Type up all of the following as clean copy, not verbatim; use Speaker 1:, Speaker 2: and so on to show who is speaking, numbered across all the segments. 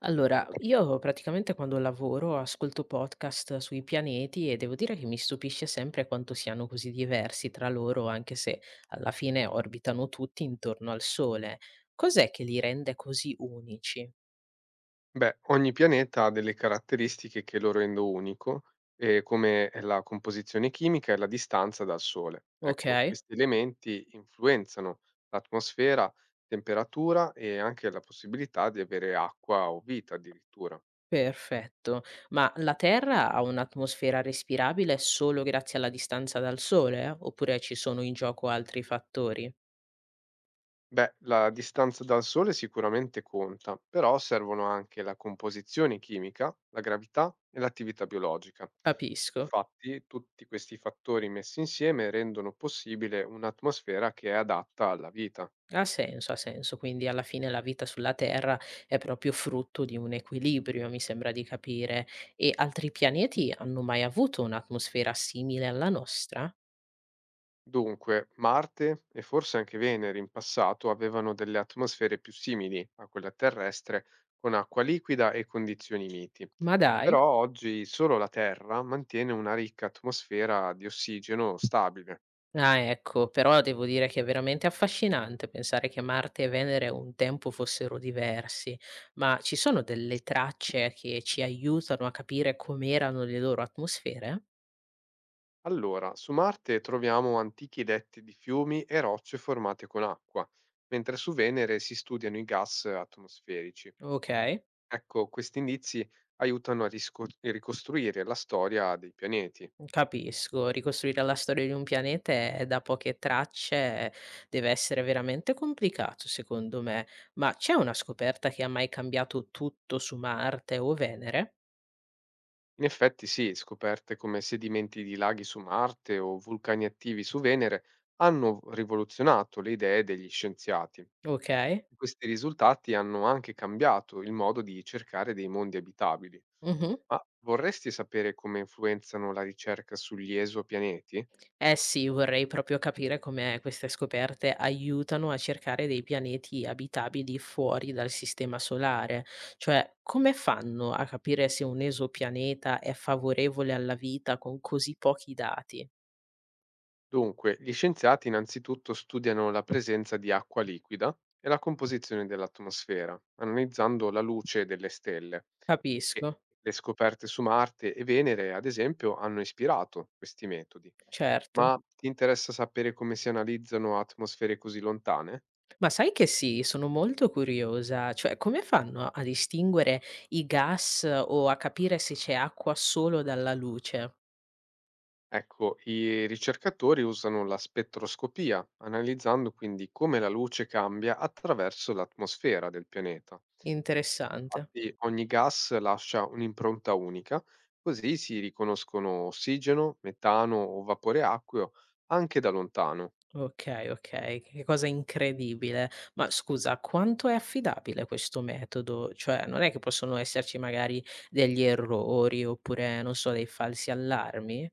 Speaker 1: Allora, io praticamente quando lavoro ascolto podcast sui pianeti e devo dire che mi stupisce sempre quanto siano così diversi tra loro, anche se alla fine orbitano tutti intorno al Sole. Cos'è che li rende così unici?
Speaker 2: Beh, ogni pianeta ha delle caratteristiche che lo rendo unico, come è la composizione chimica e la distanza dal Sole.
Speaker 1: Ok,
Speaker 2: Ecco, questi elementi influenzano l'atmosfera, temperatura e anche la possibilità di avere acqua o vita addirittura.
Speaker 1: perfetto. Ma la Terra ha un'atmosfera respirabile solo grazie alla distanza dal Sole, eh? Oppure ci sono in gioco altri fattori?
Speaker 2: Beh, la distanza dal Sole sicuramente conta, però servono anche la composizione chimica, la gravità e l'attività biologica.
Speaker 1: Capisco.
Speaker 2: Infatti, tutti questi fattori messi insieme rendono possibile un'atmosfera che è adatta alla vita.
Speaker 1: Ha senso, ha senso. Quindi alla fine la vita sulla Terra è proprio frutto di un equilibrio, mi sembra di capire. E altri pianeti hanno mai avuto un'atmosfera simile alla nostra?
Speaker 2: Dunque, Marte e forse anche Venere in passato avevano delle atmosfere più simili a quella terrestre, con acqua liquida e condizioni miti.
Speaker 1: Ma dai.
Speaker 2: Però oggi solo la Terra mantiene una ricca atmosfera di ossigeno stabile.
Speaker 1: Ah, ecco, però devo dire che è veramente affascinante pensare che Marte e Venere un tempo fossero diversi, ma ci sono delle tracce che ci aiutano a capire com'erano le loro atmosfere?
Speaker 2: Allora, su Marte troviamo antichi letti di fiumi e rocce formate con acqua, mentre su Venere si studiano i gas atmosferici.
Speaker 1: Ok.
Speaker 2: Ecco, questi indizi aiutano a ricostruire la storia dei pianeti.
Speaker 1: Capisco, ricostruire la storia di un pianeta è da poche tracce deve essere veramente complicato, secondo me. Ma c'è una scoperta che ha mai cambiato tutto su Marte o Venere?
Speaker 2: In effetti, sì, scoperte come sedimenti di laghi su Marte o vulcani attivi su Venere hanno rivoluzionato le idee degli scienziati.
Speaker 1: Ok.
Speaker 2: Questi risultati hanno anche cambiato il modo di cercare dei mondi abitabili.
Speaker 1: Mhm.
Speaker 2: Ma vorresti sapere come influenzano la ricerca sugli esopianeti?
Speaker 1: Eh sì, vorrei proprio capire come queste scoperte aiutano a cercare dei pianeti abitabili fuori dal sistema solare, cioè come fanno a capire se un esopianeta è favorevole alla vita con così pochi dati?
Speaker 2: Dunque, gli scienziati innanzitutto studiano la presenza di acqua liquida e la composizione dell'atmosfera, analizzando la luce delle stelle. E
Speaker 1: Capisco,
Speaker 2: le scoperte su Marte e Venere, ad esempio, hanno ispirato questi metodi.
Speaker 1: certo.
Speaker 2: Ma ti interessa sapere come si analizzano atmosfere così lontane?
Speaker 1: Ma sai che sì, sono molto curiosa, cioè come fanno a distinguere i gas o a capire se c'è acqua solo dalla luce?
Speaker 2: Ecco, i ricercatori usano la spettroscopia, analizzando quindi come la luce cambia attraverso l'atmosfera del pianeta.
Speaker 1: Interessante.
Speaker 2: Infatti, ogni gas lascia un'impronta unica, così si riconoscono ossigeno, metano o vapore acqueo anche da lontano.
Speaker 1: Okay, okay, che cosa incredibile. Ma scusa, quanto è affidabile questo metodo? Cioè non è che possono esserci magari degli errori oppure, non so, dei falsi allarmi?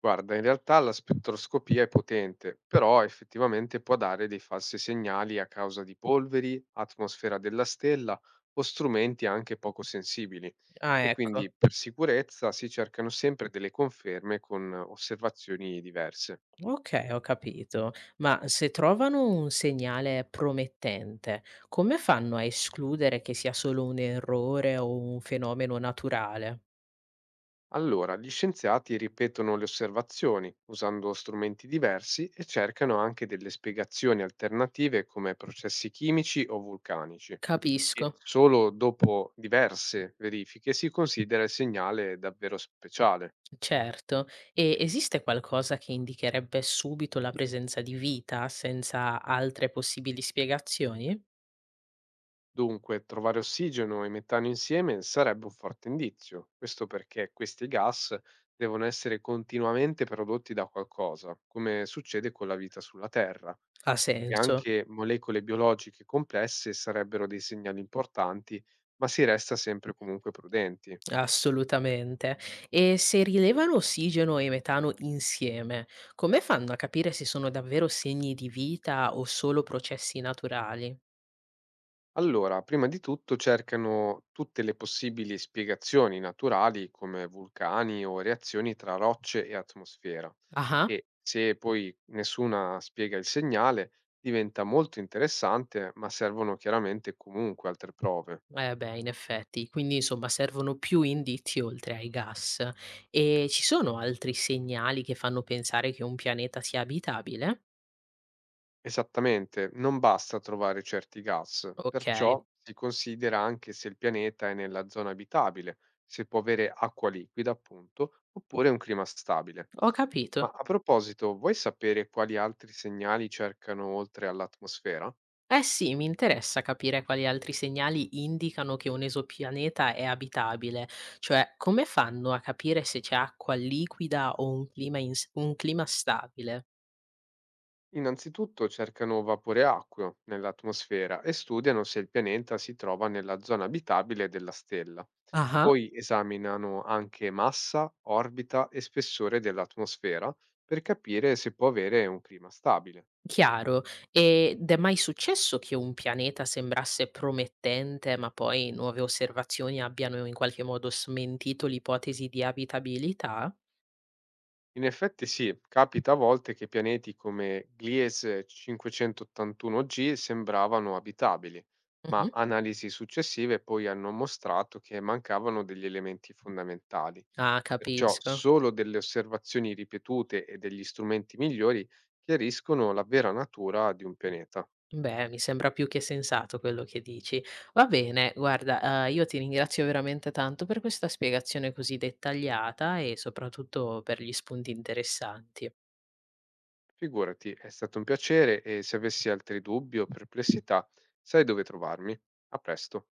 Speaker 2: Guarda, in realtà la spettroscopia è potente, però effettivamente può dare dei falsi segnali a causa di polveri, atmosfera della stella o strumenti anche poco sensibili.
Speaker 1: Ah,
Speaker 2: E
Speaker 1: ecco.
Speaker 2: quindi per sicurezza si cercano sempre delle conferme con osservazioni diverse.
Speaker 1: Okay, ho capito. Ma se trovano un segnale promettente, come fanno a escludere che sia solo un errore o un fenomeno naturale?
Speaker 2: Allora, gli scienziati ripetono le osservazioni usando strumenti diversi e cercano anche delle spiegazioni alternative come processi chimici o vulcanici. E
Speaker 1: Capisco.
Speaker 2: solo dopo diverse verifiche si considera il segnale davvero speciale.
Speaker 1: Certo. E esiste qualcosa che indicherebbe subito la presenza di vita senza altre possibili spiegazioni?
Speaker 2: Dunque, trovare ossigeno e metano insieme sarebbe un forte indizio, questo perché questi gas devono essere continuamente prodotti da qualcosa, come succede con la vita sulla Terra,
Speaker 1: Ha
Speaker 2: e
Speaker 1: senso?
Speaker 2: anche molecole biologiche complesse sarebbero dei segnali importanti, ma si resta sempre comunque prudenti.
Speaker 1: Assolutamente. E se rilevano ossigeno e metano insieme, come fanno a capire se sono davvero segni di vita o solo processi naturali?
Speaker 2: Allora, prima di tutto cercano tutte le possibili spiegazioni naturali come vulcani o reazioni tra rocce e atmosfera.
Speaker 1: Ah,
Speaker 2: E se poi nessuna spiega il segnale, diventa molto interessante, ma servono chiaramente comunque altre prove.
Speaker 1: eh beh, in effetti, quindi insomma servono più indizi oltre ai gas. E ci sono altri segnali che fanno pensare che un pianeta sia abitabile?
Speaker 2: Esattamente, non basta trovare certi gas,
Speaker 1: Ok,
Speaker 2: perciò si considera anche se il pianeta è nella zona abitabile, se può avere acqua liquida, appunto, oppure un clima stabile.
Speaker 1: ho capito.
Speaker 2: Ma a proposito, vuoi sapere quali altri segnali cercano oltre all'atmosfera?
Speaker 1: Eh sì, mi interessa capire quali altri segnali indicano che un esopianeta è abitabile, cioè come fanno a capire se c'è acqua liquida o un clima, un clima stabile?
Speaker 2: Innanzitutto cercano vapore acqueo nell'atmosfera e studiano se il pianeta si trova nella zona abitabile della stella.
Speaker 1: Ah,
Speaker 2: Poi esaminano anche massa, orbita e spessore dell'atmosfera per capire se può avere un clima stabile.
Speaker 1: chiaro. Ed è mai successo che un pianeta sembrasse promettente, ma poi nuove osservazioni abbiano in qualche modo smentito l'ipotesi di abitabilità?
Speaker 2: In effetti sì, capita a volte che pianeti come Gliese 581g sembravano abitabili, ma
Speaker 1: Mhm.
Speaker 2: analisi successive poi hanno mostrato che mancavano degli elementi fondamentali.
Speaker 1: Ah,
Speaker 2: Perciò
Speaker 1: capisco.
Speaker 2: solo delle osservazioni ripetute e degli strumenti migliori chiariscono la vera natura di un pianeta.
Speaker 1: Beh, mi sembra più che sensato quello che dici. Va bene, guarda, io ti ringrazio veramente tanto per questa spiegazione così dettagliata e soprattutto per gli spunti interessanti.
Speaker 2: Figurati, è stato un piacere e se avessi altri dubbi o perplessità, sai dove trovarmi. A presto.